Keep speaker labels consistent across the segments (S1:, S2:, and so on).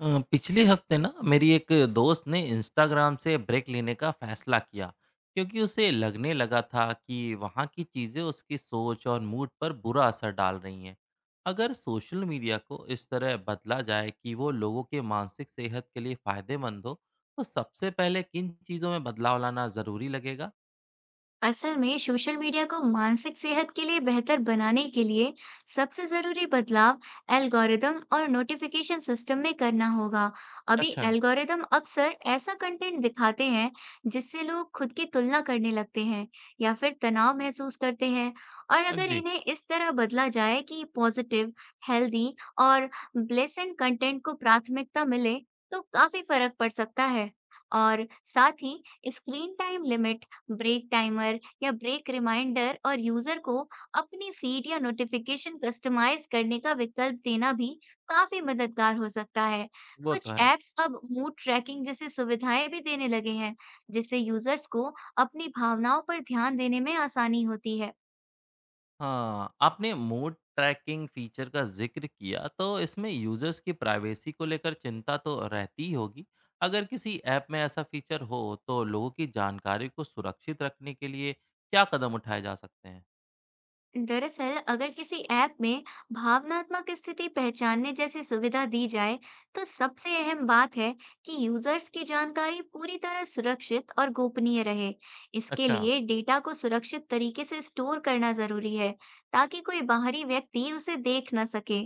S1: पिछले हफ्ते ना मेरी एक दोस्त ने इंस्टाग्राम से ब्रेक लेने का फैसला किया क्योंकि उसे लगने लगा था कि वहाँ की चीज़ें उसकी सोच और मूड पर बुरा असर डाल रही हैं। अगर सोशल मीडिया को इस तरह बदला जाए कि वो लोगों के मानसिक सेहत के लिए फ़ायदेमंद हो, तो सबसे पहले किन चीज़ों में बदलाव लाना ज़रूरी लगेगा?
S2: असल में सोशल मीडिया को मानसिक सेहत के लिए बेहतर बनाने के लिए सबसे जरूरी बदलाव एल्गोरिदम और नोटिफिकेशन सिस्टम में करना होगा। अभी
S1: अच्छा।
S2: एल्गोरिदम अक्सर ऐसा कंटेंट दिखाते हैं जिससे लोग खुद की तुलना करने लगते हैं या फिर तनाव महसूस करते हैं। और अगर
S1: जी।
S2: इन्हें इस तरह बदला जाए कि पॉजिटिव, हेल्दी और ब्लेसेंट कंटेंट को प्राथमिकता मिले, तो काफी फर्क पड़ सकता है। और साथ ही screen time limit, break timer या ब्रेक रिमाइंडर और यूजर को अपनी फीड या नोटिफिकेशन कस्टमाइज करने का विकल्प देना भी काफी मददगार हो सकता है।
S1: वो तो
S2: कुछ
S1: है।
S2: ऐप्स अब मूड ट्रैकिंग जैसी सुविधाएं भी देने लगे हैं, जिससे यूजर्स को अपनी भावनाओं पर ध्यान देने में आसानी होती है।
S1: हाँ, आपने मूड ट्रैकिंग फीचर का ज़िक्र किया, तो इसमें यूज़र्स की प्राइवेसी को लेकर चिंता तो रहती ही होगी। अगर किसी ऐप में ऐसा फीचर हो, तो लोगों की जानकारी को सुरक्षित रखने के लिए क्या कदम उठाए जा सकते हैं?
S2: दरअसल अगर किसी ऐप में भावनात्मक स्थिति पहचानने जैसी सुविधा दी जाए, तो सबसे अहम बात है कि यूजर्स की जानकारी पूरी तरह सुरक्षित और गोपनीय रहे। इसके
S1: अच्छा,
S2: लिए डेटा को सुरक्षित तरीके से स्टोर करना जरूरी है, ताकि कोई बाहरी व्यक्ति उसे देख न सके।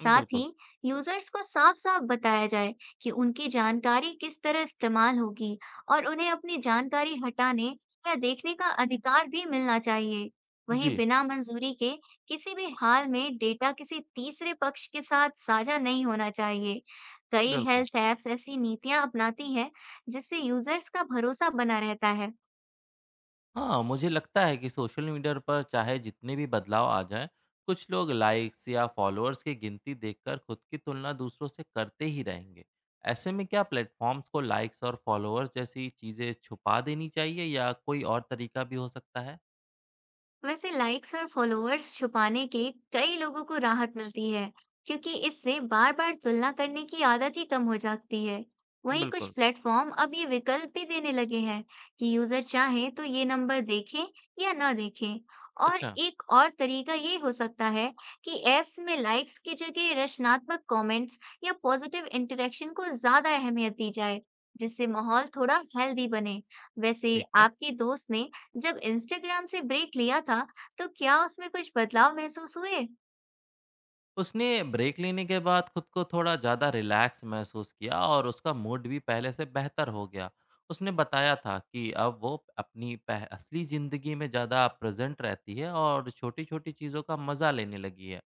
S2: साथ ही
S1: बिल्कुल।
S2: यूजर्स को साफ-साफ बताया जाए कि उनकी जानकारी किस तरह इस्तेमाल होगी, और उन्हें अपनी जानकारी हटाने या देखने का अधिकार भी मिलना चाहिए। वहीं
S1: जी,
S2: बिना मंजूरी के किसी भी हाल में डेटा किसी तीसरे पक्ष के साथ साझा नहीं होना चाहिए। कई
S1: बिल्कुल।
S2: हेल्थ ऐप्स ऐसी नीतियां अपनाती हैं, जिससे यूजर्स का भरोसा बना रहता है।
S1: हाँ, मुझे लगता है कि सोशल मीडिया पर चाहे जितने भी बदलाव आ जाएं, कुछ लोग लाइक्स या फॉलोअर्स की गिनती देखकर खुद की तुलना दूसरों से करते ही रहेंगे। ऐसे में क्या प्लेटफॉर्म्स को लाइक्स और फॉलोअर्स जैसी चीज़ें छुपा देनी चाहिए या कोई और तरीका भी हो सकता है?
S2: वैसे लाइक्स और फॉलोअर्स छुपाने के कई लोगों को राहत मिलती है, क्योंकि इससे बार-बार तुलना करने की आदत ही कम हो जाती है। वहीं कुछ
S1: बिल्कुल।
S2: प्लेटफॉर्म अब ये विकल्प भी देने लगे हैं कि यूजर चाहे तो ये नंबर देखें या ना देखें। और
S1: अच्छा,
S2: एक और तरीका ये हो सकता है कि ऐप्स में लाइक्स की जगह रचनात्मक कमेंट्स या पॉजिटिव इंटरेक्शन को ज्यादा अहमियत दी जाए, जिससे माहौल थोड़ा हेल्दी बने। वैसे
S1: ठीक है।
S2: आपके दोस्त ने जब इंस्टाग्राम से ब्रेक लिया था, तो क्या उसमें कुछ बदलाव महसूस हुए?
S1: उसने ब्रेक लेने के बाद खुद को थोड़ा ज़्यादा रिलैक्स महसूस किया और उसका मूड भी पहले से बेहतर हो गया। उसने बताया था कि अब वो अपनी पह असली ज़िंदगी में ज़्यादा प्रेज़ेंट रहती है और छोटी-छोटी चीज़ों का मज़ा लेने लगी है।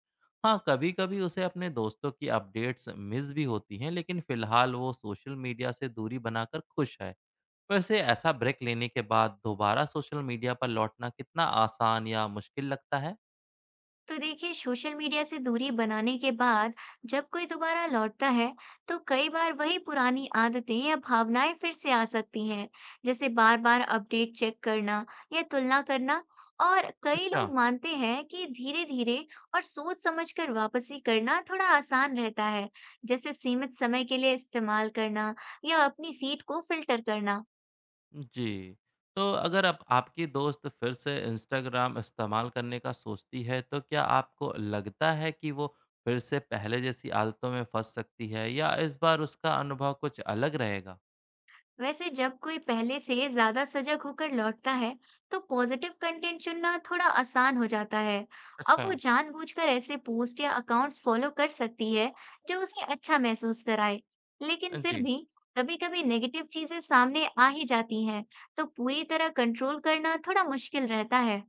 S1: हाँ, कभी-कभी उसे अपने दोस्तों की अपडेट्स मिस भी होती हैं, लेकिन फ़िलहाल वो सोशल मीडिया से दूरी बनाकर खुश है। वैसे ऐसा ब्रेक लेने के बाद दोबारा सोशल मीडिया पर लौटना कितना आसान या मुश्किल लगता है?
S2: तो देखिए, सोशल मीडिया से दूरी बनाने के बाद जब कोई दोबारा लौटता है, तो कई बार वही पुरानी आदतें या भावनाएं फिर से आ सकती हैं, जैसे बार-बार अपडेट चेक करना या तुलना करना। और कई
S1: अच्छा।
S2: लोग मानते हैं कि धीरे-धीरे और सोच समझकर वापसी करना थोड़ा आसान रहता है, जैसे सीमित समय के लिए इस्तेमाल करना या अपनी फीड को फिल्टर करना।
S1: जी। तो अगर अब आपकी दोस्त फिर से इंस्टाग्राम इस्तेमाल करने का सोचती है, तो क्या आपको लगता है कि वो फिर से पहले जैसी आदतों में फँस सकती है या इस बार उसका अनुभव कुछ अलग रहेगा?
S2: वैसे जब कोई पहले से ज्यादा सजग होकर लौटता है, तो पॉजिटिव कंटेंट चुनना थोड़ा आसान हो जाता है। अब
S1: अच्छा।
S2: वो जानबूझकर ऐसे पोस्ट या अकाउंट्स फॉलो कर सकती है, जो उसे अच्छा महसूस कराए। लेकिन फिर
S1: जी।
S2: भी कभी-कभी नेगेटिव चीजें सामने आ ही जाती हैं, तो पूरी तरह कंट्रोल करना थोड़ा मुश्किल रहता है।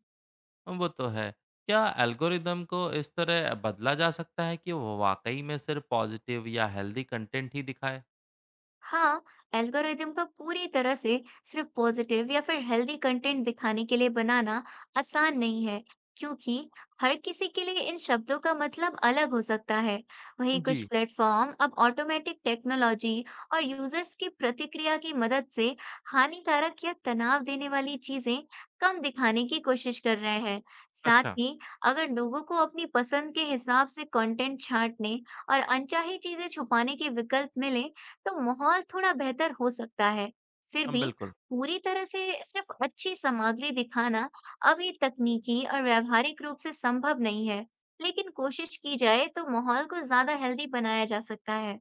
S1: वो तो है। क्या एल्गोरिदम को इस तरह बदला जा सकता है कि वो वाक़ई में सिर्फ़ पॉज़िटिव या हेल्दी कंटेंट ही दिखाए?
S2: हाँ, एल्गोरिदम का पूरी तरह से सिर्फ पॉजिटिव या फिर हेल्दी कंटेंट दिखाने के लिए बनाना आसान नहीं है, क्योंकि हर किसी के लिए इन शब्दों का मतलब अलग हो सकता है। वहीं कुछ
S1: जी।
S2: प्लेटफॉर्म अब ऑटोमेटिक टेक्नोलॉजी और यूजर्स की प्रतिक्रिया की मदद से हानिकारक या तनाव देने वाली चीजें कम दिखाने की कोशिश कर रहे हैं। साथ
S1: अच्छा।
S2: ही, अगर लोगों को अपनी पसंद के हिसाब से कंटेंट छांटने और अनचाही चीजें छुपाने के विकल्प मिले, तो माहौल थोड़ा बेहतर हो सकता है। फिर भी
S1: बिल्कुल।
S2: पूरी तरह से सिर्फ अच्छी सामग्री दिखाना अभी तकनीकी और व्यावहारिक रूप से संभव नहीं है, लेकिन कोशिश की जाए तो माहौल को ज़्यादा हेल्दी बनाया जा सकता है।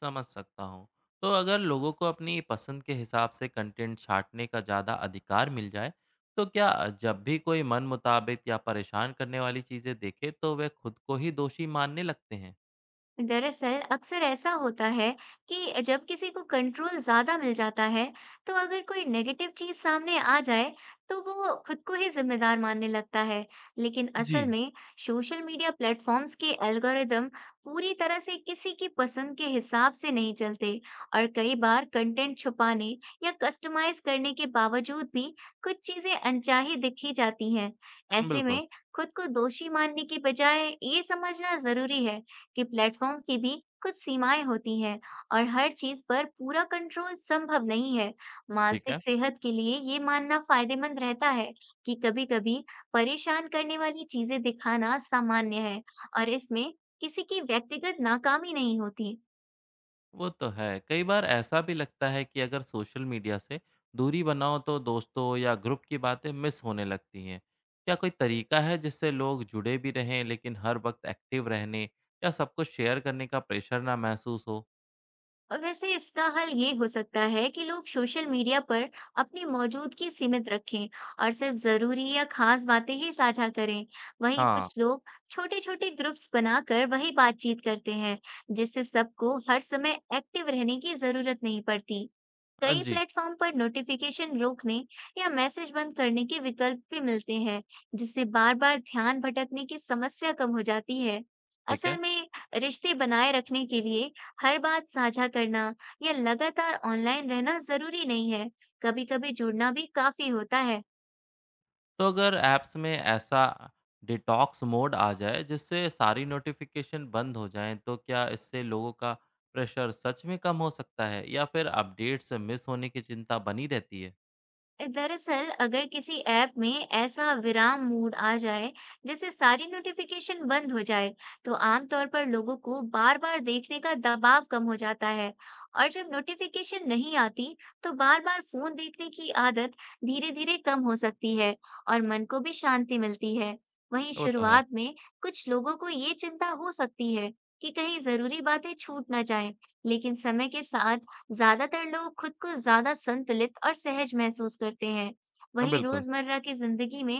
S1: समझ सकता हूँ। तो अगर लोगों को अपनी पसंद के हिसाब से कंटेंट छाँटने का ज़्यादा अधिकार मिल जाए, तो क्या जब भी कोई मन मुताबिक या परेशान करने वाली चीज़ें देखे, तो वे खुद को ही दोषी मानने लगते हैं?
S2: दरअसल अक्सर ऐसा होता है कि जब किसी को कंट्रोल ज्यादा मिल जाता है, तो अगर कोई नेगेटिव चीज सामने आ जाए, तो वो खुद को ही जिम्मेदार मानने लगता है। लेकिन
S1: जी।
S2: असल में सोशल मीडिया प्लेटफॉर्म्स के एल्गोरिदम पूरी तरह से किसी की पसंद के हिसाब से नहीं चलते, और कई बार कंटेंट छुपाने या कस्टमाइज करने के बावजूद भी कुछ चीजें अनचाही दिखी जाती हैं। ऐसे
S1: बिल्कुल,
S2: में खुद को दोषी मानने के बजाय ये समझना जरूरी है कि प्लेटफॉर्म की भी कुछ सीमाएं होती हैं और हर चीज पर पूरा कंट्रोल संभव नहीं है।
S1: ठीक
S2: मानसिक
S1: है।
S2: सेहत के लिए ये मानना फायदेमंद रहता है कि कभी-कभी परेशान करने वाली चीजें दिखाना सामान्य है और इसमें किसी की व्यक्तिगत नाकामी नहीं होती।
S1: वो तो है। कई बार ऐसा भी लगता है कि अगर सोशल मीडिया से दूरी बनाओ, तो दोस्तों या ग्रुप की बातें मिस होने लगती हैं। क्या कोई तरीका है, जिससे लोग जुड़े भी रहें, लेकिन हर वक़्त एक्टिव रहने या सब कुछ शेयर करने का प्रेशर ना महसूस हो?
S2: और वैसे इसका हल ये हो सकता है कि लोग सोशल मीडिया पर अपनी मौजूदगी सीमित रखें और सिर्फ जरूरी या खास बातें ही साझा करें। वहीं
S1: हाँ।
S2: कुछ लोग छोटे छोटे ग्रुप्स बनाकर वही बातचीत करते हैं, जिससे सबको हर समय एक्टिव रहने की जरूरत नहीं पड़ती। कई
S1: जी,
S2: प्लेटफॉर्म पर नोटिफिकेशन रोकने या मैसेज बंद करने के विकल्प भी मिलते हैं, जिससे बार-बार ध्यान भटकने की समस्या कम हो जाती है।
S1: ठीक
S2: असल
S1: है।
S2: में रिश्ते बनाए रखने के लिए हर बात साझा करना या लगातार ऑनलाइन रहना जरूरी नहीं है, कभी-कभी जुड़ना भी काफी होता है।
S1: तो अगर ऐप्स में ऐसा डिटॉक्स मोड आ जाए जिससे सारी नोटिफ़िकेशन बंद हो जाएँ, तो क्या इससे लोगों का प्रेशर सच में कम हो सकता है या फिर अपडेट्स मिस होने की चिंता बनी रहती है?
S2: दरअसल अगर किसी ऐप में ऐसा विराम मोड आ जाए जैसे सारी नोटिफिकेशन बंद हो जाए, तो आमतौर पर लोगों को बार बार देखने का दबाव कम हो जाता है। और जब नोटिफिकेशन नहीं आती, तो बार बार फोन देखने की आदत धीरे धीरे कम हो सकती है और मन को भी शांति मिलती है। वहीं
S1: वो तो है।
S2: शुरुआत में कुछ लोगों को ये चिंता हो सकती है कि कहीं जरूरी बातें छूट ना जाएं, लेकिन समय के साथ ज्यादातर लोग खुद को ज्यादा संतुलित और सहज महसूस करते हैं। वहीं
S1: बिल्कुल,
S2: रोजमर्रा की जिंदगी में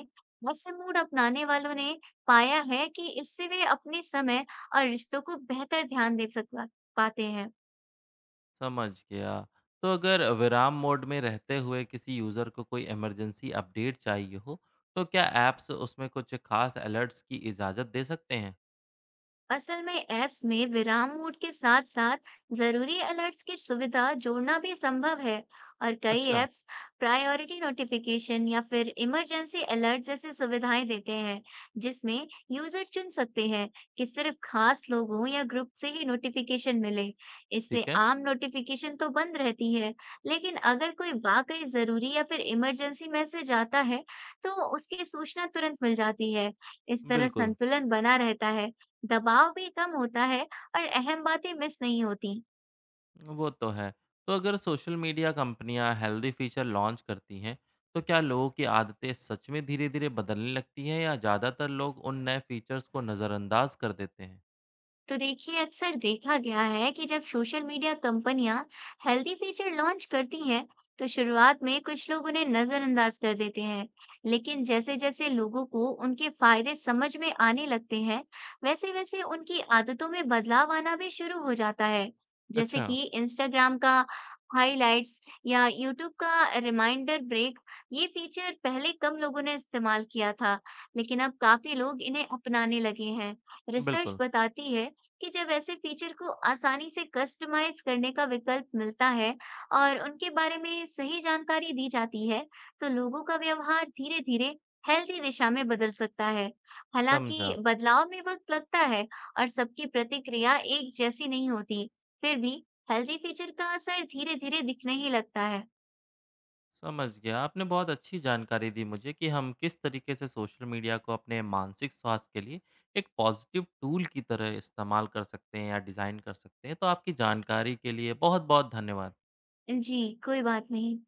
S2: ऐसे मूड अपनाने वालों ने पाया है कि इससे वे अपने समय और रिश्तों को बेहतर ध्यान दे सक पाते हैं।
S1: समझ गया। तो अगर विराम मोड में रहते हुए किसी यूज़र को कोई इमरजेंसी अपडेट चाहिए हो, तो क्या ऐप्स उसमें कुछ खास अलर्ट्स की इजाज़त दे सकते हैं?
S2: असल में ऐप्स में विराम मोड के साथ साथ जरूरी अलर्ट्स की सुविधा जोड़ना भी संभव है, और कई
S1: अच्छा,
S2: ऐप्स प्रायोरिटी नोटिफिकेशन या फिर इमरजेंसी अलर्ट जैसी सुविधाएं देते हैं, जिसमें यूजर चुन सकते हैं कि सिर्फ खास लोगों या ग्रुप से ही नोटिफिकेशन मिले। इससे
S1: ठीक है,
S2: आम नोटिफिकेशन तो बंद रहती है, लेकिन अगर कोई वाकई जरूरी या फिर इमरजेंसी मैसेज आता है, तो उसकी सूचना तुरंत मिल जाती है। इस तरह
S1: बिल्कुल।
S2: संतुलन बना रहता है, दबाव भी कम होता है और अहम बातें मिस नहीं होती।
S1: वो तो है। तो अगर सोशल मीडिया कंपनियां हेल्दी फीचर लॉन्च करती हैं, तो क्या लोगों की आदतें सच में धीरे-धीरे बदलने लगती हैं या ज़्यादातर लोग उन नए फीचर्स को नज़रअंदाज कर देते हैं?
S2: तो देखिए, अक्सर देखा गया है कि जब सोशल मीडिया कंपनियां हेल्दी फीचर लॉन्च करती हैं, तो शुरुआत में कुछ लोग उन्हें नजरअंदाज कर देते हैं, लेकिन जैसे जैसे लोगों को उनके फायदे समझ में आने लगते हैं, वैसे वैसे उनकी आदतों में बदलाव आना भी शुरू हो जाता है। जैसे
S1: अच्छा,
S2: कि इंस्टाग्राम का हाइलाइट्स या यूट्यूब का रिमाइंडर ब्रेक, ये फीचर पहले कम लोगों ने इस्तेमाल किया था, लेकिन अब काफी लोग इन्हें अपनाने लगे हैं। रिसर्च
S1: बिल्कुल,
S2: बताती है कि जब ऐसे फीचर को आसानी से कस्टमाइज़ करने का विकल्प मिलता है और उनके बारे में सही जानकारी दी जाती है, तो लोगों का व्यवहार धीरे-धीरे हेल्दी दिशा में बदल सकता है। हालांकि
S1: समझा।
S2: बदलाव में वक्त लगता है और सबकी प्रतिक्रिया एक जैसी नहीं होती, फिर भी हेल्दी फीचर का असर धीरे-धीरे दिखने ही लगता है।
S1: समझ गया। आपने बहुत अच्छी जानकारी दी मुझे कि हम किस तरीके से सोशल मीडिया को अपने मानसिक स्वास्थ्य के लिए एक पॉजिटिव टूल की तरह इस्तेमाल कर सकते हैं या डिज़ाइन कर सकते हैं। तो आपकी जानकारी के लिए बहुत-बहुत धन्यवाद।
S2: जी, कोई बात नहीं।